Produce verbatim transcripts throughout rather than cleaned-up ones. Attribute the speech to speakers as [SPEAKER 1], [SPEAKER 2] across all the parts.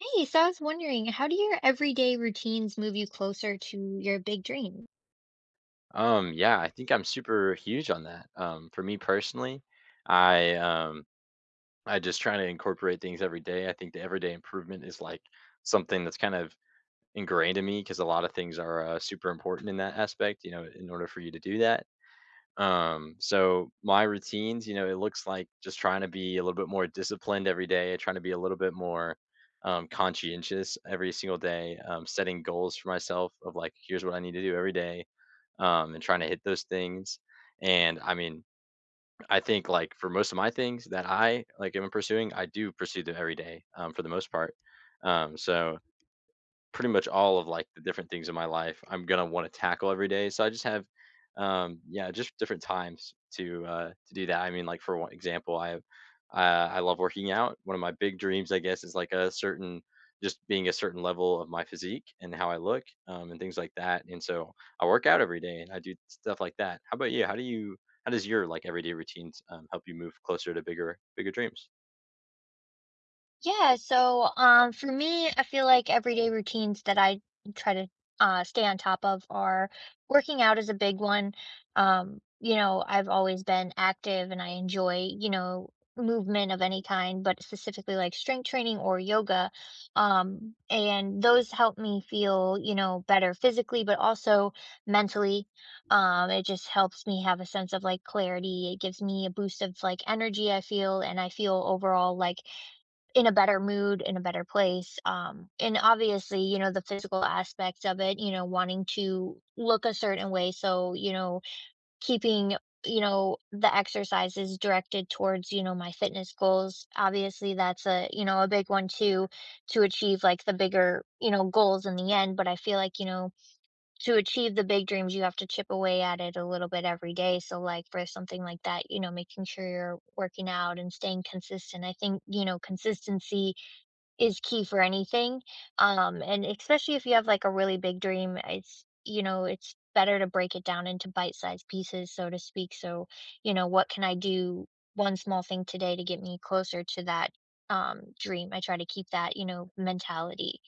[SPEAKER 1] Hey, so I was wondering, how do your everyday routines move you closer to your big dreams?
[SPEAKER 2] Um, yeah, I think I'm super huge on that. Um, for me personally, I um I just try to incorporate things every day. I think the everyday improvement is like something that's kind of ingrained in me because a lot of things are uh, super important in that aspect, you know, in order for you to do that. Um, so my routines, you know, it looks like just trying to be a little bit more disciplined every day, trying to be a little bit more um conscientious every single day, um, setting goals for myself of like, here's what I need to do every day um, and trying to hit those things. And I mean, I think like for most of my things that I like am pursuing, I do pursue them every day um, for the most part. Um, so pretty much all of like the different things in my life I'm gonna want to tackle every day. So I just have, um, yeah, just different times to uh, to do that. I mean, like for one example, I have, uh, I love working out. One of my big dreams, I guess, is like a certain just being a certain level of my physique and how I look um, and things like that. And so I work out every day and I do stuff like that. How about you? How do you? How does your like everyday routines um, help you move closer to bigger bigger dreams?
[SPEAKER 1] Yeah, so um, for me, I feel like everyday routines that I try to uh, stay on top of are working out is a big one. Um, you know, I've always been active and I enjoy, you know, movement of any kind, but specifically like strength training or yoga. Um, and those help me feel, you know, better physically, but also mentally. Um, it just helps me have a sense of like clarity. It gives me a boost of like energy, I feel, and I feel overall like in a better mood, in a better place. Um, and obviously, you know, the physical aspects of it, you know, wanting to look a certain way. So, you know, keeping, you know, the exercises directed towards, you know, my fitness goals. Obviously, that's a, you know, a big one too, to achieve like the bigger, you know, goals in the end. But I feel like, you know, to achieve the big dreams, you have to chip away at it a little bit every day. So, like for something like that, you know, making sure you're working out and staying consistent. I think, you know, consistency is key for anything, um, and especially if you have, like, a really big dream, it's you know, it's better to break it down into bite-sized pieces, so to speak, so, you know, what can I do, one small thing today to get me closer to that, um, dream? I try to keep that, you know, mentality.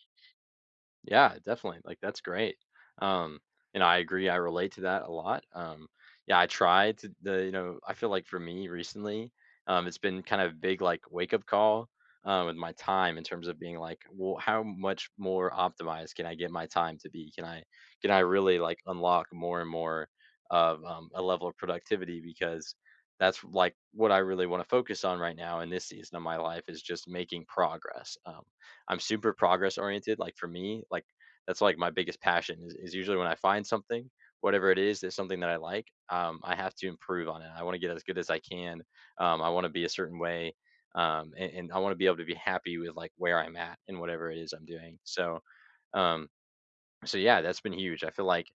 [SPEAKER 2] Yeah, definitely, like, that's great, um, and I agree, I relate to that a lot, um, yeah, I try to the you know, I feel like for me recently, um, it's been kind of big, like, wake-up call, uh, with my time in terms of being like, "Well, how much more optimized can I get my time to be? Can I can I really, like, unlock more and more of, um, a level of productivity?" Because that's, like, what I really wanna focus on right now in this season of my life is just making progress, um I'm super progress oriented. Like for me, like that's like my biggest passion is, is usually when I find something, whatever it is, that's something that I like. Um, I have to improve on it. I want to get as good as I can. Um, I want to be a certain way, um, and, and I want to be able to be happy with like where I'm at and whatever it is I'm doing. So, um, so yeah, that's been huge. I feel like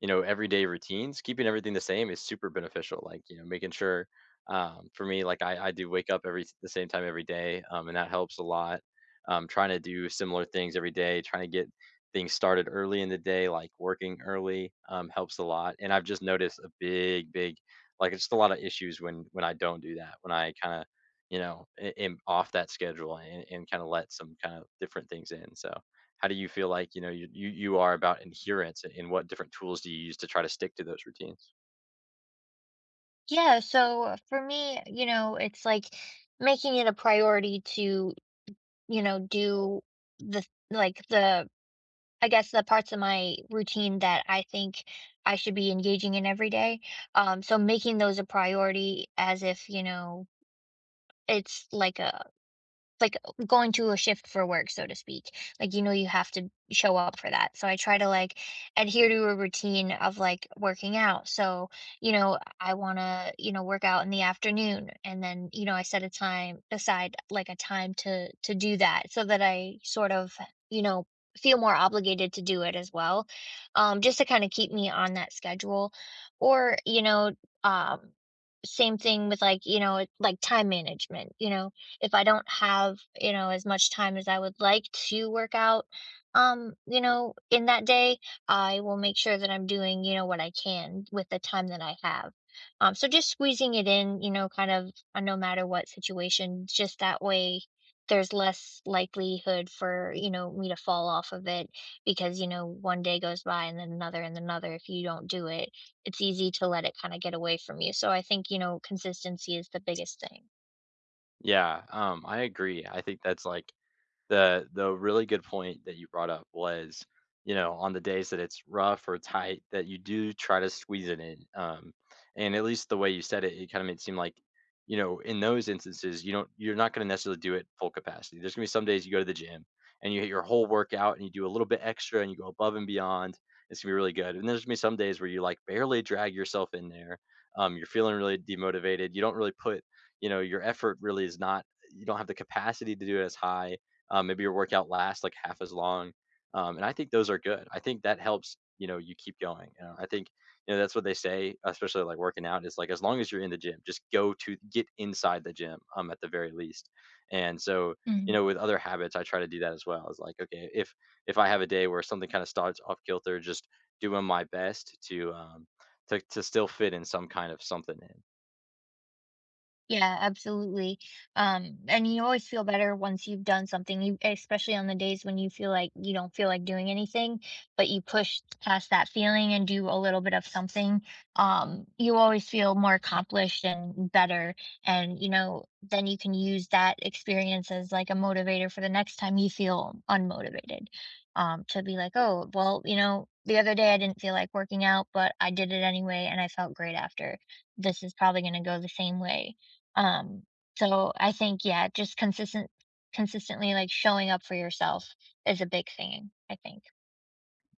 [SPEAKER 2] you know, everyday routines, keeping everything the same is super beneficial. Like, you know, making sure um, for me, like I, I do wake up every the same time every day, um, and that helps a lot. Um, trying to do similar things every day, trying to get things started early in the day, like working early, um, helps a lot. And I've just noticed a big, big, like it's just a lot of issues when when I don't do that, when I kind of, you know, a- am off that schedule and, and kind of let some kind of different things in. So how do you feel like you know you you, you are about adherence and, and what different tools do you use to try to stick to those routines?
[SPEAKER 1] Yeah, so for me, you know, it's, like, making it a priority to, you know, do the like, the I guess the parts of my routine that I think I should be engaging in every day. Um, so making those a priority as if, you know, it's like a like going to a shift for work, so to speak. Like, you know, you have to show up for that. So I try to like adhere to a routine of like working out. So, you know, I want to, you know, work out in the afternoon and then, you know, I set a time aside like a time to to do that so that I sort of, you know, feel more obligated to do it as well. Um just to kind of keep me on that schedule or, you know, um same thing with like, you know, like time management, you know if I don't have, you know, as much time as I would like to work out, um, you know, in that day, I will make sure that I'm doing, you know, what I can with the time that I have. Um, so just squeezing it in, you know, kind of uh, no matter what situation, just that way there's less likelihood for, you know, me to fall off of it because, you know, one day goes by and then another and another. If you don't do it, it's easy to let it kind of get away from you. So I think, you know, consistency is the biggest thing.
[SPEAKER 2] Yeah, um I agree. I think that's like The the really good point that you brought up was, you know, on the days that it's rough or tight, that you do try to squeeze it in. Um, and at least the way you said it, it kind of made it seem like, you know, in those instances, you don't you're not going to necessarily do it full capacity. There's going to be some days you go to the gym and you hit your whole workout and you do a little bit extra and you go above and beyond. It's gonna be really good. And there's gonna be some days where you like barely drag yourself in there. Um, you're feeling really demotivated. You don't really put, you know, your effort really is not you don't have the capacity to do it as high um, maybe your workout lasts like half as long. Um, and I think those are good. I think that helps, you know, you keep going. You know, I think, you know, that's what they say, especially like working out is like, as long as you're in the gym, just go to get inside the gym, um, at the very least. And so, you know, with other habits, I try to do that as well. It's like, okay, if, if I have a day where something kind of starts off kilter, just doing my best to, um, to, to still fit in some kind of something in.
[SPEAKER 1] Yeah, absolutely. Um, and you always feel better once you've done something, you especially on the days when you feel like you don't feel like doing anything, but you push past that feeling and do a little bit of something. Um, you always feel more accomplished and better. And, you know, then you can use that experience as like a motivator for the next time you feel unmotivated. Um, to be like, oh, well, you know, the other day I didn't feel like working out, but I did it anyway and I felt great after. This is probably going to go the same way um, so I think, yeah, just consistent consistently, like, showing up for yourself is a big thing, I think.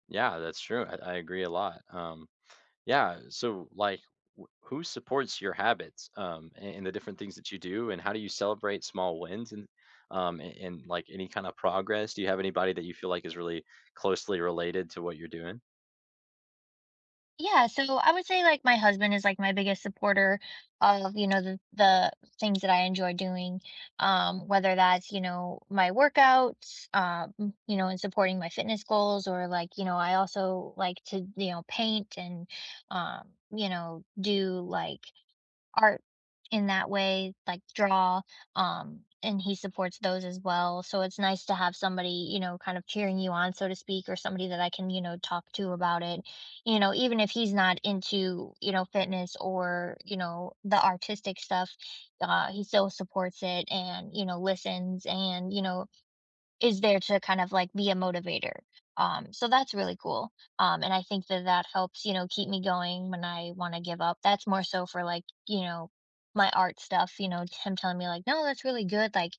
[SPEAKER 2] Yeah, that's true. I, I agree a lot. Um, Yeah, so, like, wh who supports your habits, um, a and the different things that you do, and how do you celebrate small wins and, um, a and, like, any kinda progress? Do you have anybody that you feel like is really closely related to what you're doing?
[SPEAKER 1] Yeah, so I would say, like, my husband is, like, my biggest supporter of, you know, the the things that I enjoy doing, um, whether that's, you know, my workouts, um, you know, and supporting my fitness goals or, like, you know, I also like to, you know, paint and, um, you know, do, like, art in that way, like draw, um, and he supports those as well. So it's nice to have somebody, you know, kind of cheering you on, so to speak, or somebody that I can, you know, talk to about it. You know, even if he's not into, you know, fitness or, you know, the artistic stuff, uh, he still supports it and, you know, listens and, you know, is there to kind of like be a motivator. Um, so that's really cool. Um, and I think that that helps, you know, keep me going when I want to give up. That's more so for like, you know, my art stuff, you know, him telling me like, no, that's really good. Like,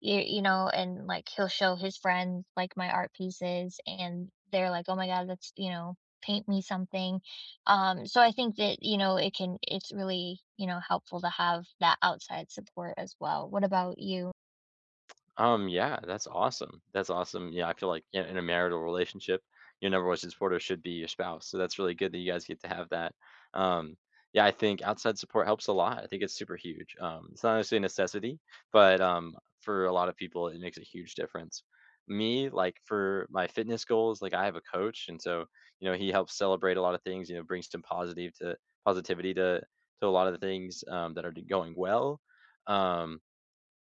[SPEAKER 1] you, you know, and like he'll show his friends like my art pieces and they're like, oh my God, that's, you know, paint me something. Um, so I think that, you know, it can, it's really, you know, helpful to have that outside support as well. What about you?
[SPEAKER 2] Um, yeah, that's awesome. That's awesome. Yeah, I feel like in in a marital relationship, your number one supporter should be your spouse. So that's really good that you guys get to have that. Um, yeah, I think outside support helps a lot. I think it's super huge. Um, it's not necessarily a necessity, but um, for a lot of people, it makes a huge difference. Me, like for my fitness goals, like I have a coach, and so you know he helps celebrate a lot of things. You know, brings some positive to positivity to to a lot of the things um, that are going well. Um,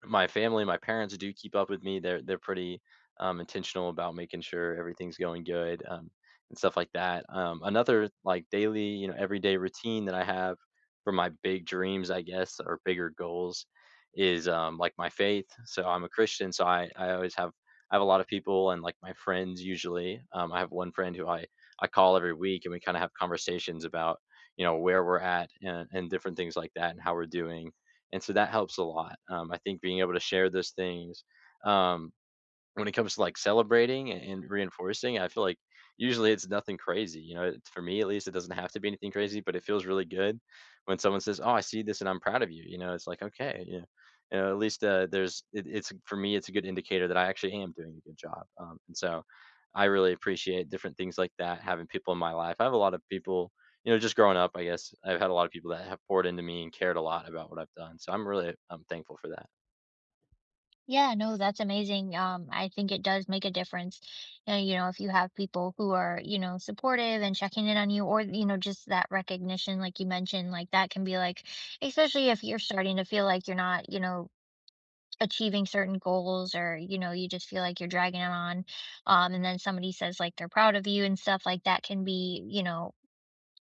[SPEAKER 2] my family, my parents do keep up with me. They're they're pretty, um, intentional about making sure everything's going good, um, and stuff like that. Um, another, like, daily, you know, everyday routine that I have for my big dreams, I guess, or bigger goals is, um, like, my faith. So I'm a Christian, so I I always have I have a lot of people and, like, my friends usually. Um, I have one friend who I I call every week, and we kinda have conversations about, you know, where we're at and and different things like that and how we're doing and so that helps a lot. Um, I think being able to share those things, um, when it comes to, like, celebrating and and reinforcing, I feel like usually it's nothing crazy, you know, it for me, at least, it doesn't have to be anything crazy, but it feels really good when someone says, "Oh, I see this and I'm proud of you," you know, it's like, "Okay," you know, you know, at least, uh, there's it it's for me, it's a good indicator that I actually am doing a good job, um, and so I really appreciate different things like that, having people in my life. I have a lot of people you know, just growing up, I guess, I've had a lot of people that have poured into me and cared a lot about what I've done, so I'm really I'm thankful for that.
[SPEAKER 1] Yeah, no, that's amazing. Um, I think it does make a difference. Uh, you know, if you have people who are, you know, supportive and checking in on you, or, you know, just that recognition, like you mentioned, like that can be like, especially if you're starting to feel like you're not, you know, achieving certain goals or, you know, you just feel like you're dragging them on. Um, and then somebody says like they're proud of you and stuff like that can be, you know,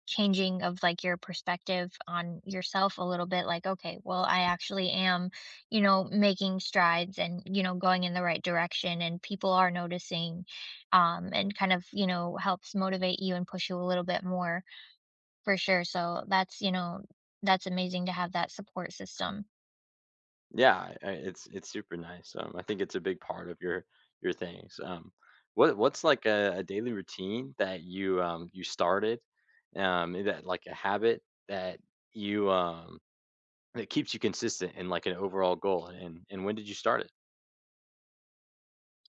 [SPEAKER 1] changing of like your perspective on yourself a little bit like okay well I actually am you know making strides and you know going in the right direction and people are noticing um and kind of you know helps motivate you and push you a little bit more for sure so that's you know that's amazing to have that support system
[SPEAKER 2] Yeah, I I it's it's super nice, um, I think it's a big part of your your things, um, what what's, like, a a daily routine that you, um, you started, um, is that like, a habit that you, um that keeps you consistent in, like, an overall goal, and and when did you start it?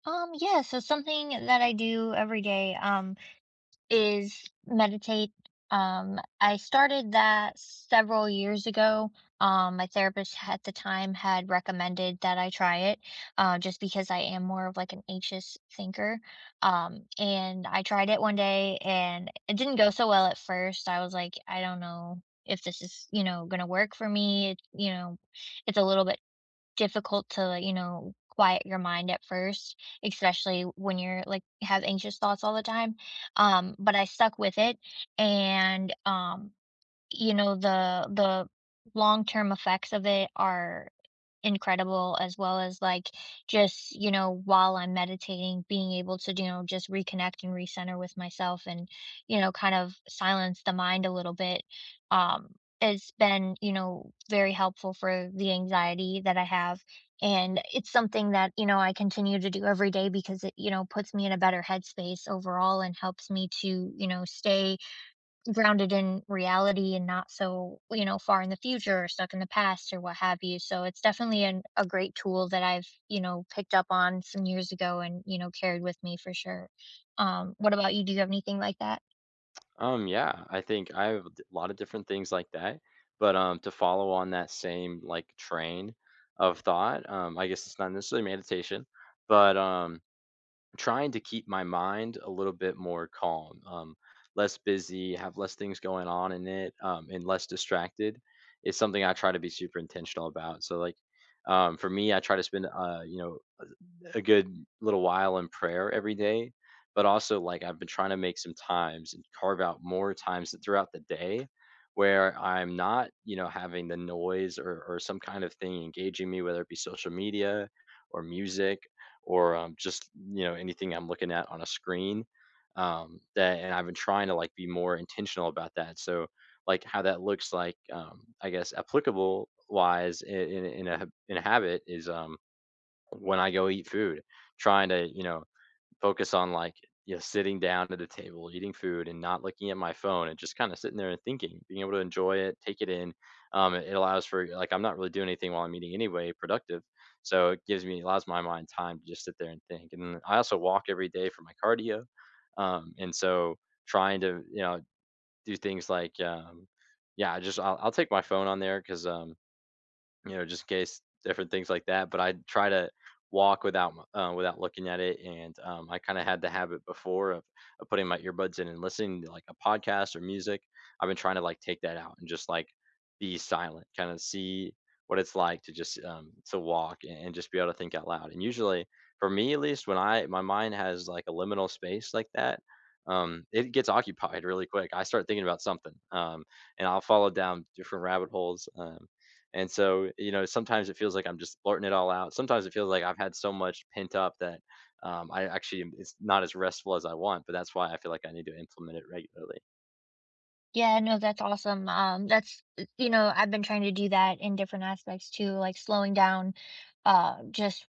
[SPEAKER 1] um yeah so something that I do every day um is meditate. Um, I started that several years ago. Um, my therapist at the time had recommended that I try it, uh, just because I am more of like an anxious thinker. Um, and I tried it one day and it didn't go so well at first. I was like, I don't know if this is, you know, going to work for me. It, you know, it's a little bit difficult to, like, you know, quiet your mind at first, especially when you're, like, have anxious thoughts all the time, um, but I stuck with it, and, um, you know, the the long-term effects of it are incredible as well as like just you know while I'm meditating being able to you know just reconnect and recenter with myself and you know kind of silence the mind a little bit um has been you know very helpful for the anxiety that I have and it's something that you know I continue to do every day because it you know puts me in a better headspace overall and helps me to you know stay grounded in reality and not so, you know, far in the future or stuck in the past or what have you. So it's definitely an, a great tool that I've, you know, picked up on some years ago and, you know, carried with me for sure. Um, what about you? Do you have anything like that?
[SPEAKER 2] Um, yeah, I think I have a d lot of different things like that, but, um, to follow on that same, like, train of thought, um, I guess it's not necessarily meditation, but, um trying to keep my mind a little bit more calm, um, less busy, have less things going on in it, um, and less distracted is something I try to be super intentional about. So, like, um, for me, I try to spend, uh, you know, a good little while in prayer every day, but also like I've been trying to make some times and carve out more times throughout the day where I'm not, you know, having the noise or, or some kind of thing engaging me, whether it be social media or music or um, just, you know, anything I'm looking at on a screen. Um, that and I've been trying to like be more intentional about that. So like how that looks like, um, I guess applicable wise in, in, in a in a habit is um when I go eat food, trying to, you know, focus on like, you know, sitting down at the table, eating food and not looking at my phone and just kind of sitting there and thinking, being able to enjoy it, take it in. Um, it, it allows for like I'm not really doing anything while I'm eating anyway, productive. So it gives me allows my mind time to just sit there and think. And then I also walk every day for my cardio. Um, and so trying to, you know, do things like um yeah, just I'll, I'll take my phone on there because um you know, just in case different things like that. But I try to walk without m- uh, without looking at it, and um, I kind of had the habit before of, of putting my earbuds in and listening to like a podcast or music. I've been trying to like take that out and just like be silent, kind of see what it's like to just um, to walk, and, and just be able to think out loud. And usually, for me at least, when I my mind has like a liminal space like that. Um, it gets occupied really quick. I start thinking about something, um, and I'll follow down different rabbit holes. Um, and so, you know, sometimes it feels like I'm just blurting it all out. Sometimes it feels like I've had so much pent up that um, I actually am- it's not as restful as I want. But that's why I feel like I need to implement it regularly.
[SPEAKER 1] Yeah, no, that's awesome. Um, that's, you know, I've been trying to do that in different aspects too, like slowing down, uh, just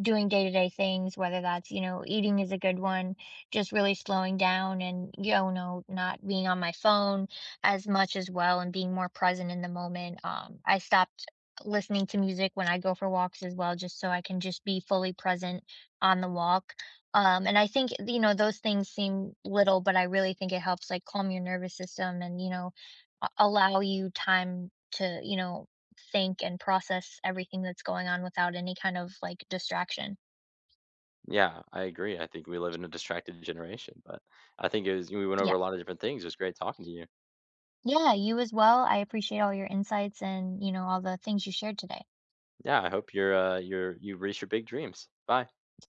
[SPEAKER 1] doing day-to-day things, whether that's, you know, eating is a good one, just really slowing down and, you know, not being on my phone as much as well and being more present in the moment. Um, I stopped listening to music when I go for walks as well, just so I can just be fully present on the walk. Um, and I think, you know, those things seem little, but I really think it helps like calm your nervous system and, you know, a- allow you time to, you know, think and process everything that's going on without any kind of, like, distraction.
[SPEAKER 2] Yeah, I agree. I think we live in a distracted generation, but I think it was we went over
[SPEAKER 1] Yeah.
[SPEAKER 2] a lot of different things. It was great talking to you.
[SPEAKER 1] Yeah, you as well. I appreciate all your insights and, you know, all the things you shared today.
[SPEAKER 2] Yeah, I hope you're uh, you're you reach your big dreams. Bye.